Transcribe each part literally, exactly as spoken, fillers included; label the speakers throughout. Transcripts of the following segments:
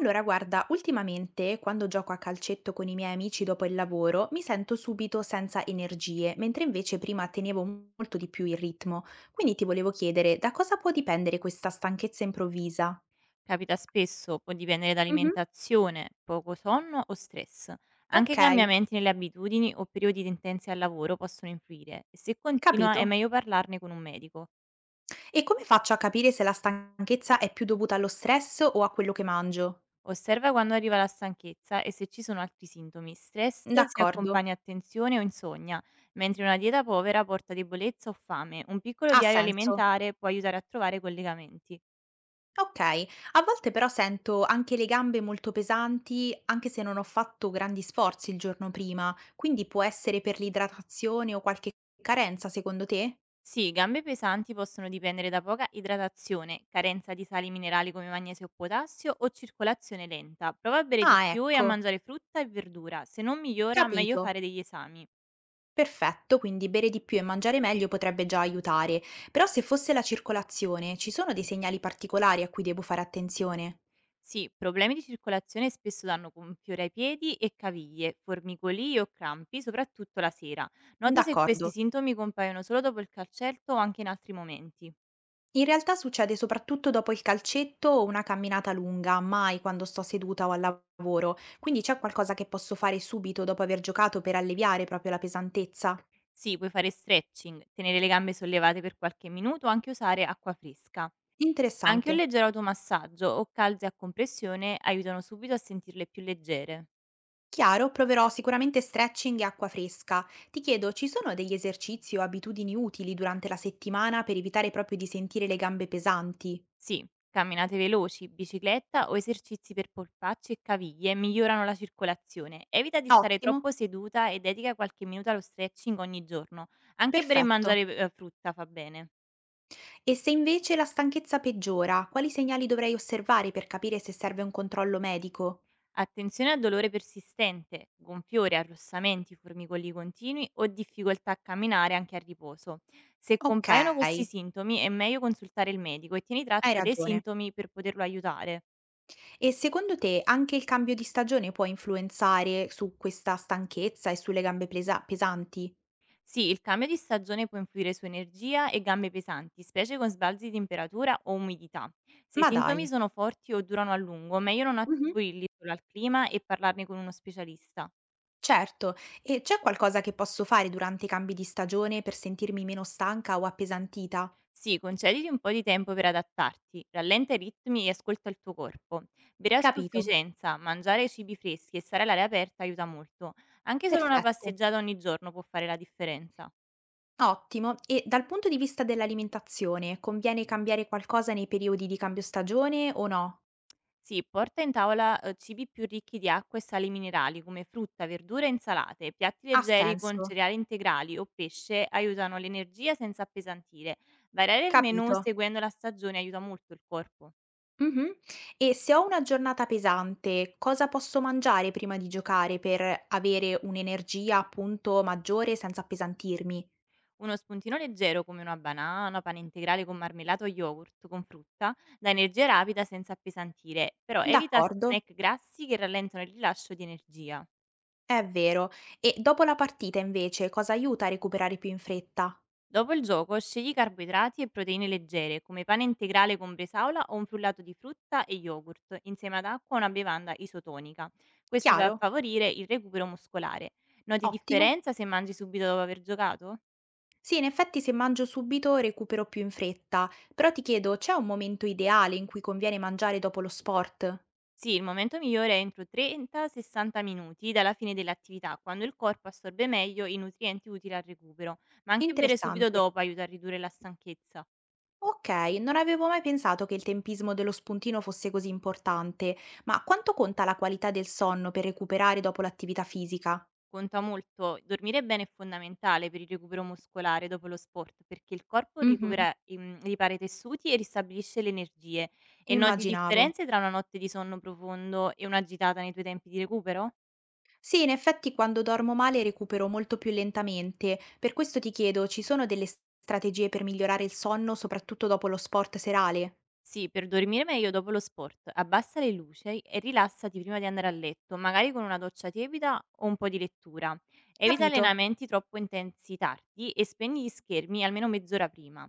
Speaker 1: Allora, guarda, ultimamente quando gioco a calcetto con i miei amici dopo il lavoro mi sento subito senza energie, mentre invece prima tenevo molto di più il ritmo. Quindi ti volevo chiedere da cosa può dipendere questa stanchezza improvvisa?
Speaker 2: Capita spesso, può dipendere da
Speaker 1: Mhm.
Speaker 2: alimentazione, poco sonno o stress. Anche
Speaker 1: Ok,
Speaker 2: cambiamenti nelle abitudini o periodi di intensi al lavoro possono influire e se continua è
Speaker 1: capito.
Speaker 2: meglio parlarne con un medico.
Speaker 1: E come faccio a capire se la stanchezza è più dovuta allo stress o a quello che mangio?
Speaker 2: Osserva quando arriva la stanchezza e se ci sono altri sintomi. Stress si
Speaker 1: D'accordo,
Speaker 2: accompagna a tensione o insonnia, mentre una dieta povera porta debolezza o fame. Un piccolo
Speaker 1: ha
Speaker 2: diario
Speaker 1: senso.
Speaker 2: alimentare può aiutare a trovare collegamenti.
Speaker 1: Okay. A volte però sento anche le gambe molto pesanti, anche se non ho fatto grandi sforzi il giorno prima, quindi può essere per l'idratazione o qualche carenza secondo te?
Speaker 2: Sì, gambe pesanti possono dipendere da poca idratazione, carenza di sali minerali come magnesio o potassio o circolazione lenta. Prova a bere di
Speaker 1: Ah
Speaker 2: più e a
Speaker 1: ecco,
Speaker 2: mangiare frutta e verdura. Se non migliora, meglio
Speaker 1: capito.
Speaker 2: fare degli esami.
Speaker 1: Perfetto, quindi bere di più e mangiare meglio potrebbe già aiutare. Però se fosse la circolazione, ci sono dei segnali particolari a cui devo fare attenzione?
Speaker 2: Sì, problemi di circolazione spesso danno gonfiore ai piedi e caviglie, formicolii o crampi, soprattutto la sera. Nota se questi
Speaker 1: D'accordo.
Speaker 2: sintomi compaiono solo dopo il calcetto o anche in altri momenti.
Speaker 1: In realtà succede soprattutto dopo il calcetto o una camminata lunga, mai quando sto seduta o al lavoro, quindi c'è qualcosa che posso fare subito dopo aver giocato per alleviare proprio la pesantezza?
Speaker 2: Sì, puoi fare stretching, tenere le gambe sollevate per qualche minuto o anche usare acqua fresca. Anche un
Speaker 1: Interessante.
Speaker 2: leggero automassaggio o calze a compressione aiutano subito a sentirle più leggere.
Speaker 1: Chiaro, proverò sicuramente stretching e acqua fresca. Ti chiedo, ci sono degli esercizi o abitudini utili durante la settimana per evitare proprio di sentire le gambe pesanti?
Speaker 2: Sì, camminate veloci, bicicletta o esercizi per polpacci e caviglie migliorano la circolazione. Evita di stare
Speaker 1: Ottimo,
Speaker 2: troppo seduta e dedica qualche minuto allo stretching ogni giorno. Anche bere e
Speaker 1: perfetto.
Speaker 2: mangiare eh, frutta fa bene.
Speaker 1: E se invece la stanchezza peggiora, quali segnali dovrei osservare per capire se serve un controllo medico?
Speaker 2: Attenzione a dolore persistente, gonfiore, arrossamenti, formicoli continui o difficoltà a camminare anche a riposo. Se
Speaker 1: Ok.
Speaker 2: compaiono questi sintomi è meglio consultare il medico e tieni
Speaker 1: Hai
Speaker 2: traccia dei
Speaker 1: ragione.
Speaker 2: sintomi per poterlo aiutare.
Speaker 1: E secondo te anche il cambio di stagione può influenzare su questa stanchezza e sulle gambe plesa- pesanti?
Speaker 2: Sì, il cambio di stagione può influire su energia e gambe pesanti, specie con sbalzi di temperatura o umidità. Se i
Speaker 1: Ma
Speaker 2: sintomi
Speaker 1: dai.
Speaker 2: sono forti o durano a lungo, meglio non
Speaker 1: Mh-mh.
Speaker 2: attribuirli solo al clima e parlarne con uno specialista.
Speaker 1: Certo. E c'è qualcosa che posso fare durante i cambi di stagione per sentirmi meno stanca o appesantita?
Speaker 2: Sì, concediti un po' di tempo per adattarti, rallenta i ritmi e ascolta il tuo corpo. Bere a
Speaker 1: Capito.
Speaker 2: sufficienza, mangiare cibi freschi e stare all'aria aperta aiuta molto. Anche solo una
Speaker 1: Perfetto.
Speaker 2: passeggiata ogni giorno può fare la differenza.
Speaker 1: Ottimo. E dal punto di vista dell'alimentazione, conviene cambiare qualcosa nei periodi di cambio stagione o no?
Speaker 2: Sì, porta in tavola eh, cibi più ricchi di acqua e sali minerali come frutta, verdure e insalate. Piatti
Speaker 1: Ha
Speaker 2: leggeri con
Speaker 1: senso.
Speaker 2: cereali integrali o pesce aiutano l'energia senza appesantire. Variare il menù
Speaker 1: Capito.
Speaker 2: seguendo la stagione aiuta molto il corpo.
Speaker 1: Mh-mh. E se ho una giornata pesante, cosa posso mangiare prima di giocare per avere un'energia, appunto, maggiore senza appesantirmi?
Speaker 2: Uno spuntino leggero come una banana, pane integrale con marmellato o yogurt con frutta dà energia rapida senza appesantire, però evita s-
Speaker 1: D'accordo,
Speaker 2: snack grassi che rallentano il rilascio di energia.
Speaker 1: è vero. E dopo la partita invece cosa aiuta a recuperare più in fretta?
Speaker 2: Dopo il gioco scegli carboidrati e proteine leggere come pane integrale con bresaola o un frullato di frutta e yogurt insieme ad acqua o una bevanda isotonica. Questo va a
Speaker 1: Chiaro.
Speaker 2: favorire il recupero muscolare. Noti
Speaker 1: Ottimo.
Speaker 2: differenza se mangi subito dopo aver giocato?
Speaker 1: Sì, in effetti se mangio subito recupero più in fretta, però ti chiedo, c'è un momento ideale in cui conviene mangiare dopo lo sport?
Speaker 2: Sì, il momento migliore è entro trenta sessanta minuti dalla fine dell'attività, quando il corpo assorbe meglio i nutrienti utili al recupero, ma anche bere subito
Speaker 1: Interessante.
Speaker 2: dopo aiuta a ridurre la stanchezza.
Speaker 1: Ok, non avevo mai pensato che il tempismo dello spuntino fosse così importante, ma quanto conta la qualità del sonno per recuperare dopo l'attività fisica?
Speaker 2: Conta molto, dormire bene è fondamentale per il recupero muscolare dopo lo sport, perché il corpo
Speaker 1: Mhm,
Speaker 2: recupera, ehm, ripara i tessuti e ristabilisce le energie. E noti
Speaker 1: immaginavo.
Speaker 2: differenze tra una notte di sonno profondo e una gitata nei tuoi tempi di recupero?
Speaker 1: Sì, in effetti quando dormo male recupero molto più lentamente, per questo ti chiedo, ci sono delle s- strategie per migliorare il sonno, soprattutto dopo lo sport serale?
Speaker 2: Sì, per dormire meglio dopo lo sport, abbassa le luci e rilassati prima di andare a letto, magari con una doccia tiepida o un po' di lettura. Evita
Speaker 1: Capito.
Speaker 2: allenamenti troppo intensi tardi e spegni gli schermi almeno mezz'ora prima.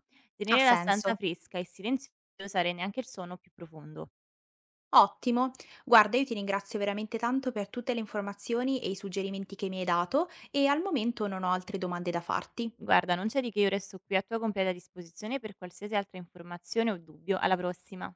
Speaker 1: Ha
Speaker 2: Tenere la stanza
Speaker 1: senso.
Speaker 2: fresca e silenziosa rende anche il sonno più profondo.
Speaker 1: Ottimo. Guarda, io ti ringrazio veramente tanto per tutte le informazioni e i suggerimenti che mi hai dato e al momento non ho altre domande da farti.
Speaker 2: Guarda, non c'è di che, io resto qui a tua completa disposizione per qualsiasi altra informazione o dubbio. Alla prossima.